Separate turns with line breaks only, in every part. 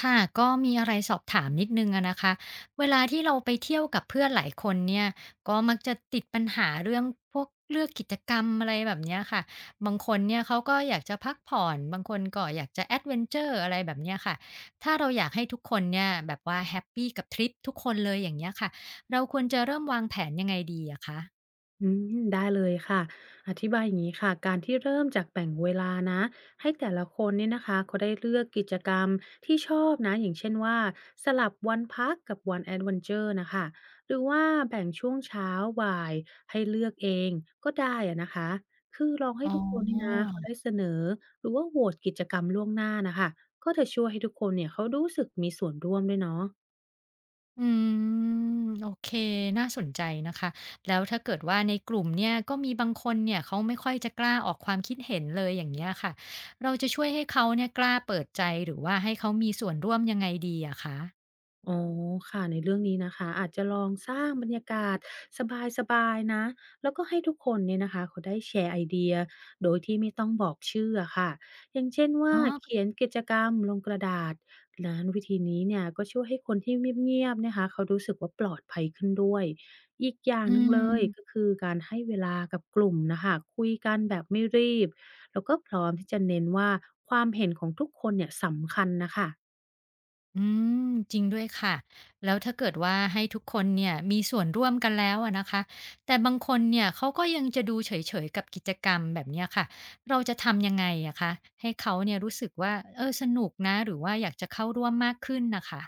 ค่ะก็มีอะไรสอบถามนิดนึงอะนะคะเวลาที่เราไปเที่ยวกับเพื่อนหลายคนเนี่ยก็มักจะติดปัญหาเรื่องพวกเลือกกิจกรรมอะไรแบบเนี้ยค่ะบางคนเนี่ยเขาก็อยากจะพักผ่อนบางคนก็อยากจะแอดเวนเจอร์อะไรแบบเนี้ยค่ะถ้าเราอยากให้ทุกคนเนี่ยแบบว่าแฮปปี้กับทริปทุกคนเลยอย่างเงี้ยค่ะเราควรจะเริ่มวางแผนยังไงดีอะคะ
อืมได้เลยค่ะ อธิบายอย่างนี้ค่ะการที่เริ่มจากแบ่งเวลานะให้แต่ละคนเนี่ยนะคะเขาได้เลือกกิจกรรมที่ชอบนะอย่างเช่นว่าสลับวันพักกับวันแอดเวนเจอร์นะคะหรือว่าแบ่งช่วงเช้าบ่ายให้เลือกเองก็ได้อะนะคะคือลองให้
อ๋อ
ทุกคนนี่นะเขาได้เสนอหรือว่าโหวตกิจกรรมล่วงหน้านะคะก็จะช่วยให้ทุกคนเนี่ยเขารู้สึกมีส่วนร่วมด้วยเนาะ
อืมโอเคน่าสนใจนะคะแล้วถ้าเกิดว่าในกลุ่มเนี่ยก็มีบางคนเนี่ยเขาไม่ค่อยจะกล้าออกความคิดเห็นเลยอย่างเงี้ยค่ะเราจะช่วยให้เขาเนี่ยกล้าเปิดใจหรือว่าให้เขามีส่วนร่วมยังไงดีอะคะ
อ๋อค่ะในเรื่องนี้นะคะอาจจะลองสร้างบรรยากาศสบายๆนะแล้วก็ให้ทุกคนเนี่ยนะคะเขาได้แชร์ไอเดียโดยที่ไม่ต้องบอกชื่ออะค่ะอย่างเช่นว่า
อ๋อ
เขียนกิจกรรมลงกระดาษนั้นวิธีนี้เนี่ยก็ช่วยให้คนที่เงียบๆนะคะเขารู้สึกว่าปลอดภัยขึ้นด้วยอีกอย่างห
อื
นึ่งเลยก็
ม
คือการให้เวลากับกลุ่มนะคะคุยกันแบบไม่รีบแล้วก็พร้อมที่จะเน้นว่าความเห็นของทุกคนเนี่ยสำคัญนะคะ
อืมจริงด้วยค่ะแล้วถ้าเกิดว่าให้ทุกคนเนี่ยมีส่วนร่วมกันแล้วอะนะคะแต่บางคนเนี่ยเขาก็ยังจะดูเฉยๆกับกิจกรรมแบบเนี้ยค่ะเราจะทำยังไงอะคะให้เขาเนี่ยรู้สึกว่าเออสนุกนะหรือว่าอยากจะเข้าร่วมมากขึ้นน่ะค่ะ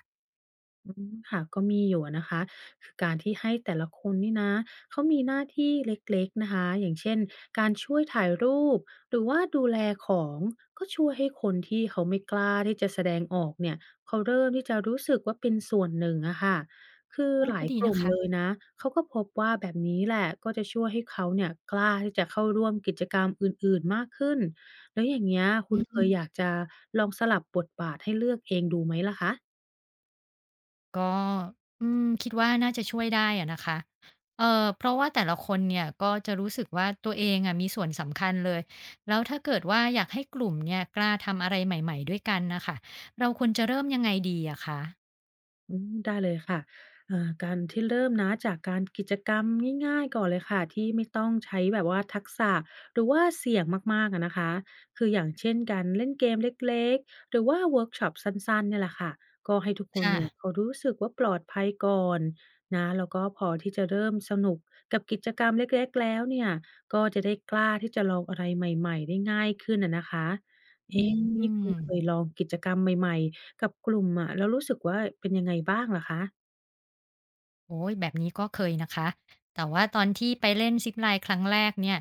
อืมค่ะก็มีอยู่อะนะคะคือการที่ให้แต่ละคนนี่นะเขามีหน้าที่เล็กๆนะคะอย่างเช่นการช่วยถ่ายรูปหรือว่าดูแลของก็ช่วยให้คนที่เขาไม่กล้าที่จะแสดงออกเนี่ยเขาเริ่มที่จะรู้สึกว่าเป็นส่วนหนึ่งอะค่ะคือ
อ้อ
หลา
ก็
ย
ดี
ก
นะ
ลุ่ม
คะ
เลยนะเขาก็พบว่าแบบนี้แหละก็จะช่วยให้เขาเนี่ยกล้าที่จะเข้าร่วมกิจกรรมอื่นๆมากขึ้นแล้วอย่างเงี้ย
อื
คุณเค
ม
ยอยากจะลองสลับบทบาทให้เลือกเองดูไหมล่ะคะ
ก็คิดว่าน่าจะช่วยได้อะนะคะเพราะว่าแต่ละคนเนี่ยก็จะรู้สึกว่าตัวเองอะมีส่วนสำคัญเลย แล้วถ้าเกิดว่าอยากให้กลุ่มเนี่ยกล้าทำอะไรใหม่ๆด้วยกันน่ะค่ะเราควรจะเริ่มยังไงดีอะคะ
อืมได้เลยค่ะการที่เริ่มนะจากการกิจกรรมง่ายๆก่อนเลยค่ะที่ไม่ต้องใช้แบบว่าทักษะหรือว่าเสี่ยงมากๆอะนะคะคืออย่างเช่นการเล่นเกมเล็กๆหรือว่าเวิร์กช็อปสั้นๆเนี่ยแหละค่ะก็ให้ทุกคน
ค่ะ
เนี่ยเขารู้สึกว่าปลอดภัยก่อนนะแล้วก็พอที่จะเริ่มสนุกกับกิจกรรมเล็กๆแล้วเนี่ยก็จะได้กล้าที่จะลองอะไรใหม่ๆได้ง่ายขึ้นอะนะคะ
อื
เอ๊ะนี่คุณเคย
ม
ลองกิจกรรมใหม่ๆ กับกลุ่มอะแล้วรู้สึกว่าเป็นยังไงบ้างเหรอคะ
โอ้ยแบบนี้ก็เคยนะคะแต่ว่าตอนที่ไปเล่นซิ p l i n e ครั้งแรกเนี่ย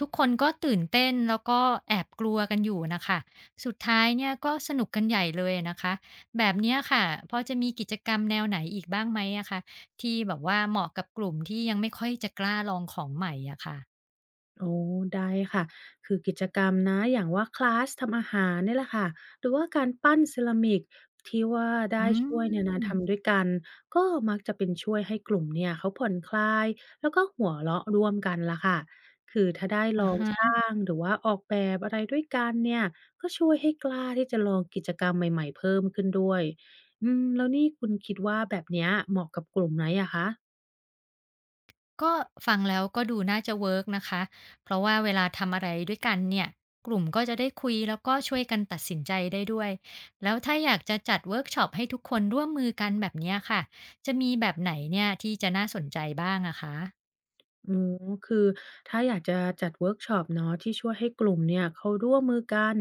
ทุกคนก็ตื่นเต้นแล้วก็แอบกลัวกันอยู่นะคะสุดท้ายเนี่ยก็สนุกกันใหญ่เลยนะคะแบบเนี้ยค่ะพอจะมีกิจกรรมแนวไหนอีกบ้างไหมอะคะที่แบบว่าเหมาะกับกลุ่มที่ยังไม่ค่อยจะกล้าลองของใหม่อะค่ะ
อ๋อได้ค่ะคือกิจกรรมนะอย่างว่าคลาสทำอาหารเนี่ยแหละค่ะหรือว่าการปั้นเซรามิกที่ว่าได้
อื
ช่วยเนี่ยนะ
ม
ทำด้วยกันก็มักจะเป็นช่วยให้กลุ่มเนี่ยเขาผ่อนคลายแล้วก็หัวเราะร่วมกันล่ะค่ะคือถ้าได้ล
อะ
องส
ฮะ
ร้างหรือว่าออกแบบอะไรด้วยกันเนี่ยก็ช่วยให้กล้าที่จะลองกิจกรรมใหม่ๆเพิ่มขึ้นด้วยอืมแล้วนี่คุณคิดว่าแบบเนี้ยเหมาะกับกลุ่มไหนอะคะ
ก็ฟังแล้วก็ดูน่าจะเวิร์กนะคะเพราะว่าเวลาทำอะไรด้วยกันเนี่ย กลุ่มก็จะได้คุยแล้วก็ช่วยกันตัดสินใจได้ด้วย แล้วถ้าอยากจะจัดเวิร์กช็อปให้ทุกคนร่วมมือกันแบบเนี้ยค่ะจะมีแบบไหนเนี่ยที่จะน่าสนใจบ้างอะคะ
อืมคือถ้าอยากจะจัดเวิร์กช็อปเนาะที่ช่วยให้กลุ่มเนี่ยเขาร่วมมือกัน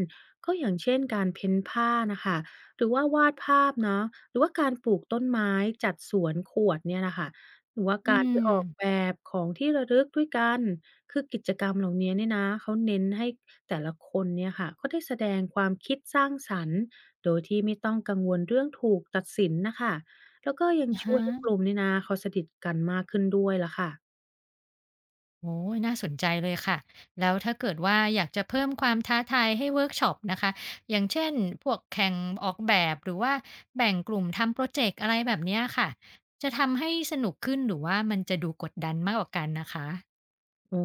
ก็อย่างเช่นการเพ้นผ้านะคะหรือว่าวาดภาพเนาะหรือว่าการปลูกต้นไม้จัดสวนขวดเนี่ยนะค่ะหรือว่า
อื
การที่
ม
ออกแบบของที่ระลึกด้วยกันคือกิจกรรมเหล่านี้เนี่ยนะเขาเน้นให้แต่ละคนเนี่ยค่ะเขาได้แสดงความคิดสร้างสรรค์โดยที่ไม่ต้องกังวลเรื่องถูกตัดสินนะคะแล้วก็ยัง
อา
ช่วยให้ก
ฮะ
ลุ่มเนี่ยนะเขาสนิทกันมากขึ้นด้วยล่ะค่ะ
โอ้ยน่าสนใจเลยค่ะ แล้วถ้าเกิดว่าอยากจะเพิ่มความท้าทายให้เวิร์กช็อปนะคะ อย่างเช่นพวกแข่งออกแบบ หรือว่าแบ่งกลุ่มทำโปรเจกต์อะไรแบบเนี้ยค่ะ จะทำให้สนุกขึ้นหรือว่ามันจะดูกดดันมากกว่ากันนะคะ
อ๋อ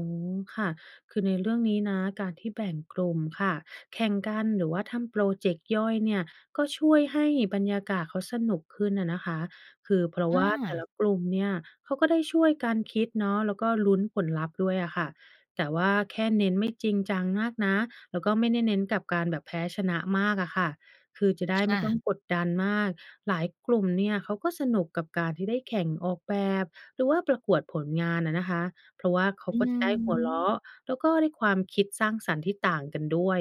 ค่ะคือในเรื่องนี้นะการที่แบ่งกลุ่มค่ะแข่งกันหรือว่าทำโปรเจกต์ย่อยเนี่ยก็ช่วยให้บรรยากาศเขาสนุกขึ้นนะนะคะคือเพราะ
อา
ว่าแต่ละกลุ่มเนี่ยเขาก็ได้ช่วยกันคิดเนาะแล้วก็ลุ้นผลลัพธ์ด้วยอะค่ะแต่ว่าแค่เน้นไม่จริงจังมากนะแล้วก็ไม่ได้เน้นกับการแบบแพ้ชนะมากอะค่ะคือจะได้ไม่
ค่ะ
ต้องกดดันมาก หลายกลุ่มเนี่ยเขาก็สนุกกับการที่ได้แข่งออกแบบหรือว่าประกวดผลงานอะนะคะ เพราะว่าเขา
อื
ก็จะได้หัวเราะ
ม
แล้วก็ได้ความคิดสร้างสรรค์ที่ต่างกันด้วย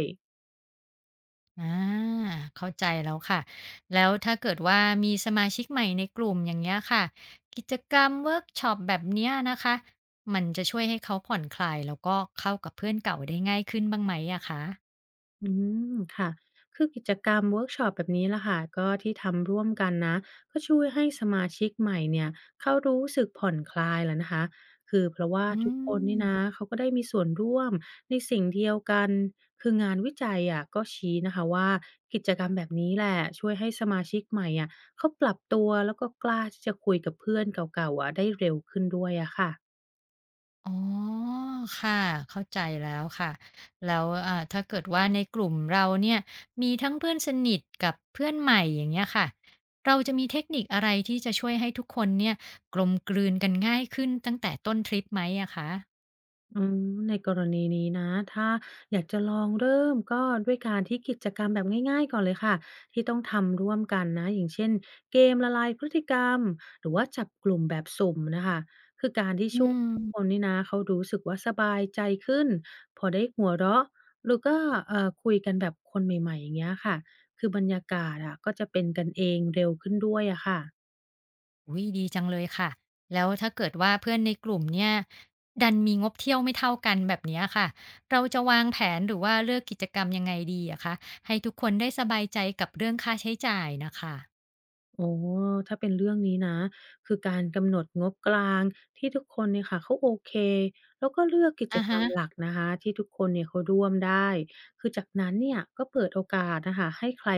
อาเข้าใจแล้วค่ะแล้วถ้าเกิดว่ามีสมาชิกใหม่ในกลุ่มอย่างเงี้ยค่ะกิจกรรมเวิร์กช็อปแบบเนี้ยนะคะมันจะช่วยให้เขาผ่อนคลายแล้วก็เข้ากับเพื่อนเก่าได้ง่ายขึ้นบ้างไหมอะคะ
อืมค่ะคือกิจกรรมเวิร์กช็อปแบบนี้ล่ะค่ะก็ที่ทำร่วมกันนะก็ช่วยให้สมาชิกใหม่เนี่ยเขารู้สึกผ่อนคลายแล้วนะคะคือเพราะว่า
อื
ทุกคนนี่นะ
ม
เขาก็ได้มีส่วนร่วมในสิ่งเดียวกันคืองานวิจัยอะก็ชี้นะคะว่ากิจกรรมแบบนี้แหละช่วยให้สมาชิกใหม่อะเขาปรับตัวแล้วก็กล้าที่จะคุยกับเพื่อนเก่าๆอะได้เร็วขึ้นด้วยอะค่ะ
อ๋อค่ะเข้าใจแล้วค่ะแล้วถ้าเกิดว่าในกลุ่มเราเนี่ยมีทั้งเพื่อนสนิทกับเพื่อนใหม่อย่างเงี้ยค่ะเราจะมีเทคนิคอะไรที่จะช่วยให้ทุกคนเนี่ยกลมกลืนกันง่ายขึ้นตั้งแต่ต้นทริปไหมอะคะ
อืมในกรณีนี้นะถ้าอยากจะลองเริ่มก็ด้วยการที่กิจกรรมแบบง่ายๆก่อนเลยค่ะที่ต้องทำร่วมกันนะอย่างเช่นเกมละลายพฤติกรรมหรือว่าจับกลุ่มแบบสุ่มนะคะคือการที่
อื
ช่วย
ม
คนนี่นะเขารู้สึกว่าสบายใจขึ้นพอได้หัวเราะหรือก็คุยกันแบบคนใหม่ๆอย่างเงี้ยค่ะคือบรรยากาศอะก็จะเป็นกันเองเร็วขึ้นด้วยอะค่ะ
อุ๊ยดีจังเลยค่ะ แล้วถ้าเกิดว่าเพื่อนในกลุ่มเนี่ยดันมีงบเที่ยวไม่เท่ากันแบบเนี้ยค่ะเราจะวางแผนหรือว่าเลือกกิจกรรมยังไงดีอะคะให้ทุกคนได้สบายใจกับเรื่องค่าใช้จ่ายน่ะค่ะ
โอ้ถ้าเป็นเรื่องนี้นะคือการกำหนดงบกลางที่ทุกคนเนี่ยค่ะเขาโอเคแล้วก็เลือกกิจ
อะ
กร
ฮะ
รมหลักนะคะที่ทุกคนเนี่ยเขาร่วมได้คือจากนั้นเนี่ยก็เปิดโอกาสนะคะให้ใคร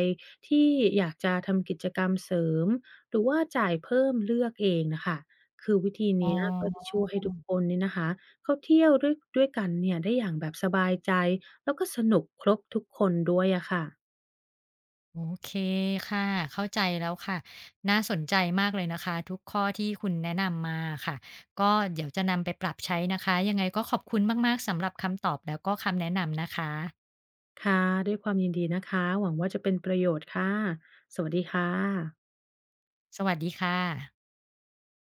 ที่อยากจะทำกิจกรรมเสริมหรือว่าจ่ายเพิ่มเลือกเองนะคะคือวิธี
อ๋
เนี้ยก็จะ
อ
ช่วยให้ทุกคนเนี่ยนะคะเขาเที่ยวด้วยกันเนี่ยได้อย่างแบบสบายใจแล้วก็สนุกครบทุกคนด้วยอะค่ะ
โอเคค่ะเข้าใจแล้วค่ะน่าสนใจมากเลยนะคะทุกข้อที่คุณแนะนำมาอะค่ะก็เดี๋ยวจะนำไปปรับใช้นะคะยังไงก็ขอบคุณมากๆสำหรับคำตอบแล้วก็คำแนะนำนะคะ
ค่ะ ด้วยความยินดีนะคะ หวังว่าจะเป็นประโยชน์ค่ะ สวัสดีค่ะ
สวัสดีค่ะ